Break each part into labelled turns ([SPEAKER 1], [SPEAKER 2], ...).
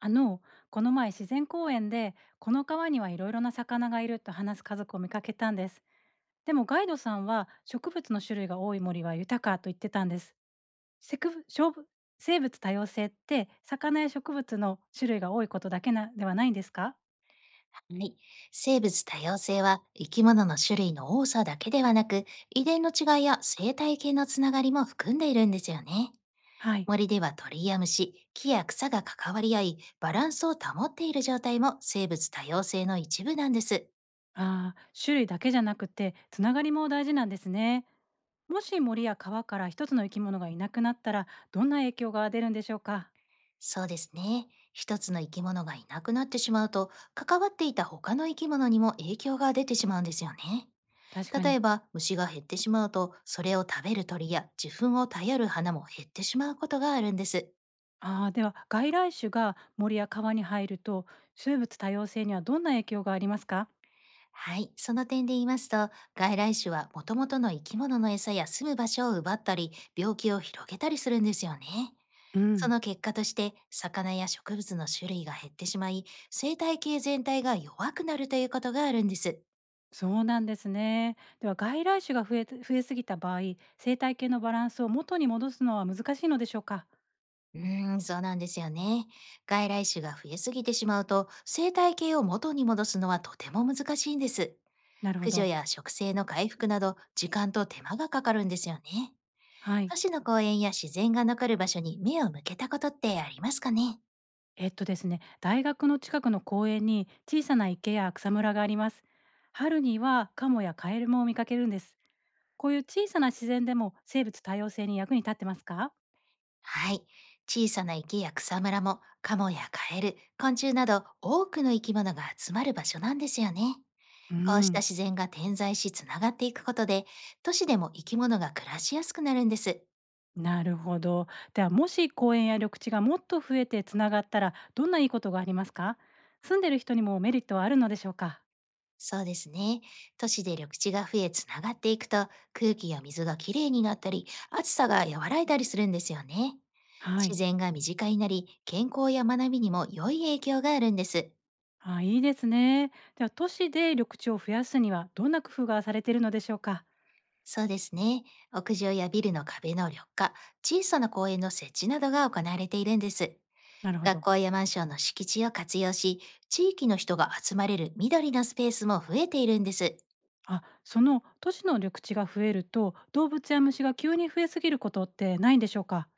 [SPEAKER 1] あのこの前自然公園でこの川にはいろいろな魚がいると話す家族を見かけたんです。でもガイドさんは植物の種類が多い森は豊かと言ってたんです。せく生物生物多様性って魚や植物の種類が多いことだけなではないんですか？
[SPEAKER 2] はい。生物多様性は生き物の種類の多さだけではなく、遺伝の違いや生態系のつながりも含んでいるんですよね。
[SPEAKER 1] はい。
[SPEAKER 2] 森では鳥や虫、木や草が関わり合い、バランスを保っている状態も生物多様性の一部なんです。
[SPEAKER 1] ああ、種類だけじゃなくてつながりも大事なんですね。もし森や川から一つの生き物がいなくなったらどんな影響が出るんでしょうか？
[SPEAKER 2] そうですね。一つの生き物がいなくなってしまうと、関わっていた他の生き物にも影響が出てしまうんですよね。
[SPEAKER 1] 確か
[SPEAKER 2] 例え
[SPEAKER 1] に。
[SPEAKER 2] ば、虫が減ってしまうと、それを食べる鳥や受粉を頼る花も減ってしまうことがあるんです。
[SPEAKER 1] ああ、では外来種が森や川に入ると生物多様性にはどんな影響がありますか？
[SPEAKER 2] はい、その点で言いますと、外来種はもともとの生き物の餌や住む場所を奪ったり、病気を広げたりするんですよね。
[SPEAKER 1] う
[SPEAKER 2] そ
[SPEAKER 1] ん、
[SPEAKER 2] の結果として、魚や植物の種類が減ってしまい、生態系全体が弱くなるということがあるんです。
[SPEAKER 1] そうなんですね。では外来種が増えすぎた場合、生態系のバランスを元に戻すのは難しいのでしょうか。
[SPEAKER 2] うーん、そうなんですよね。外来種が増えすぎてしまうと、生態系を元に戻すのはとても難しいんです。
[SPEAKER 1] なるほ
[SPEAKER 2] 駆除
[SPEAKER 1] ど。
[SPEAKER 2] や植生の回復など、時間と手間がかかるんですよね。
[SPEAKER 1] はい。
[SPEAKER 2] 都市の公園や自然が残る場所に目を向けたことってありますかね。
[SPEAKER 1] えっとですね、大学の近くの公園に小さな池や草むらがあります。春にはカモやカエルも見かけるんです。こういう小さな自然でも生物多様性に役に立ってますか？
[SPEAKER 2] はい。小さな池や草むらもカモやカエル、昆虫など多くの生き物が集まる場所なんですよね。
[SPEAKER 1] う
[SPEAKER 2] こうした
[SPEAKER 1] ん。
[SPEAKER 2] 自然が点在しつながっていくことで、都市でも生き物が暮らしやすくなるんです。
[SPEAKER 1] なるほど。では、もし公園や緑地がもっと増えてつながったら、どんないいことがありますか？住んでる人にもメリットはあるのでしょうか？
[SPEAKER 2] そうですね。都市で緑地が増え、つながっていくと、空気や水がきれいになったり、暑さが和らいだりするんですよね。
[SPEAKER 1] はい。
[SPEAKER 2] 自然が身近になり、健康や学びにも良い影響があるんです。
[SPEAKER 1] あ、いいですね。では、都市で緑地を増やすには、どんな工夫がされているのでしょうか？
[SPEAKER 2] そうですね。屋上やビルの壁の緑化、小さな公園の設置などが行われているんです。
[SPEAKER 1] なるほ
[SPEAKER 2] 学
[SPEAKER 1] ど。
[SPEAKER 2] 校やマンションの敷地を活用し、地域の人が集まれる緑のスペースも増えているんです。
[SPEAKER 1] あ、その都市の緑地が増えると、動物や虫が急に増えすぎることってないんでしょうか？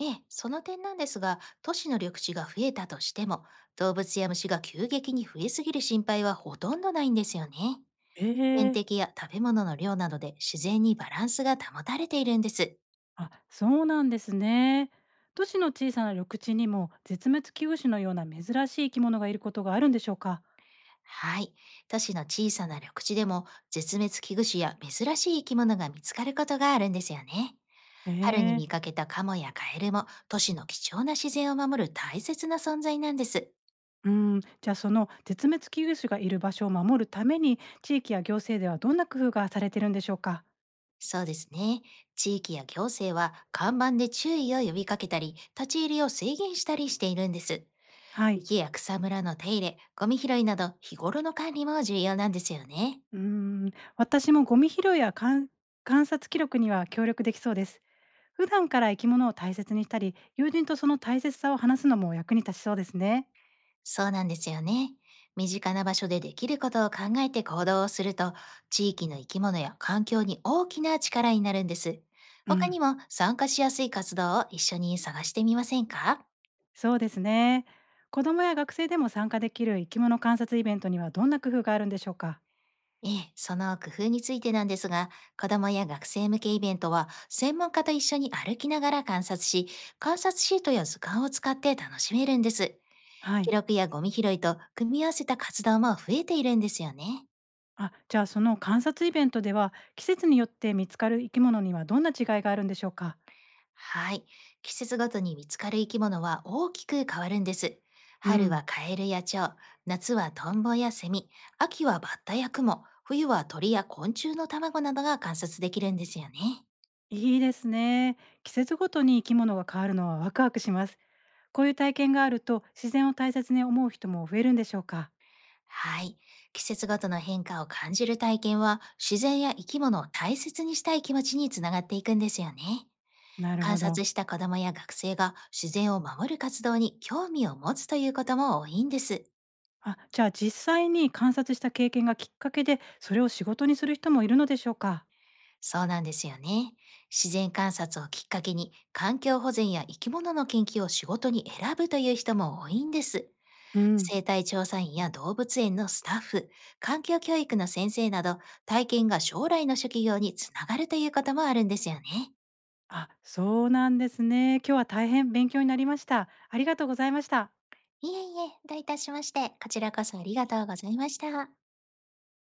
[SPEAKER 2] ええ、その点なんですが、都市の緑地が増えたとしても、動物や虫が急激に増えすぎる心配はほとんどないんですよね。天
[SPEAKER 1] ええ。
[SPEAKER 2] 敵や食べ物の量などで自然にバランスが保たれているんです。
[SPEAKER 1] あ、そうなんですね。都市の小さな緑地にも、絶滅危惧種のような珍しい生き物がいることがあるんでしょうか？
[SPEAKER 2] はい。都市の小さな緑地でも絶滅危惧種や珍しい生き物が見つかることがあるんですよね。
[SPEAKER 1] え
[SPEAKER 2] 春に
[SPEAKER 1] え。
[SPEAKER 2] 見かけたカモやカエルも都市の貴重な自然を守る大切な存在なんです。
[SPEAKER 1] うん、じゃあその絶滅危惧種がいる場所を守るために、地域や行政ではどんな工夫がされてるんでしょうか？
[SPEAKER 2] そうですね。地域や行政は看板で注意を呼びかけたり、立ち入りを制限したりしているんです。
[SPEAKER 1] はい。
[SPEAKER 2] 池や草むらの手入れ、ゴミ拾いなど日頃の管理も重要なんですよね。
[SPEAKER 1] うーん、私もゴミ拾いや観観察記録には協力できそうです。普段から生き物を大切にしたり、友人とその大切さを話すのも役に立ちそうですね。
[SPEAKER 2] そうなんですよね。身近な場所でできることを考えて行動をすると、地域の生き物や環境に大きな力になるんです。
[SPEAKER 1] う
[SPEAKER 2] 他
[SPEAKER 1] ん、
[SPEAKER 2] にも参加しやすい活動を一緒に探してみませんか？
[SPEAKER 1] そうですね。子どもや学生でも参加できる生き物観察イベントにはどんな工夫があるんでしょうか？
[SPEAKER 2] ええ、その工夫についてなんですが、子どもや学生向けイベントは、専門家と一緒に歩きながら観察し、観察シートや図鑑を使って楽しめるんです。
[SPEAKER 1] は
[SPEAKER 2] 記
[SPEAKER 1] い。
[SPEAKER 2] 録やゴミ拾いと組み合わせた活動も増えているんですよね。
[SPEAKER 1] あ、じゃあその観察イベントでは、季節によって見つかる生き物にはどんな違いがあるんでしょうか？
[SPEAKER 2] はい。季節ごとに見つかる生き物は大きく変わるんです。
[SPEAKER 1] う
[SPEAKER 2] 春は
[SPEAKER 1] ん、
[SPEAKER 2] カエルや蝶、夏はトンボやセミ、秋はバッタやクモ、冬は鳥や昆虫の卵などが観察できるんですよね。
[SPEAKER 1] いいですね。季節ごとに生き物が変わるのはワクワクします。こういう体験があると自然を大切に思う人も増えるんでしょうか？
[SPEAKER 2] はい。季節ごとの変化を感じる体験は、自然や生き物を大切にしたい気持ちにつながっていくんですよね。
[SPEAKER 1] なる
[SPEAKER 2] 観
[SPEAKER 1] ほど。
[SPEAKER 2] 察した子どもや学生が自然を守る活動に興味を持つということも多いんです。
[SPEAKER 1] あ、じゃあ実際に観察した経験がきっかけで、それを仕事にする人もいるのでしょうか？
[SPEAKER 2] そうなんですよね。自然観察をきっかけに、環境保全や生き物の研究を仕事に選ぶという人も多いんです。
[SPEAKER 1] うん、
[SPEAKER 2] 生態調査員や動物園のスタッフ、環境教育の先生など、体験が将来の職業につながるということもあるんですよね。
[SPEAKER 1] あ、そうなんですね。今日は大変勉強になりました。ありがとうございました。
[SPEAKER 2] いえいえ、どういたしまして、こちらこそありがとうございました。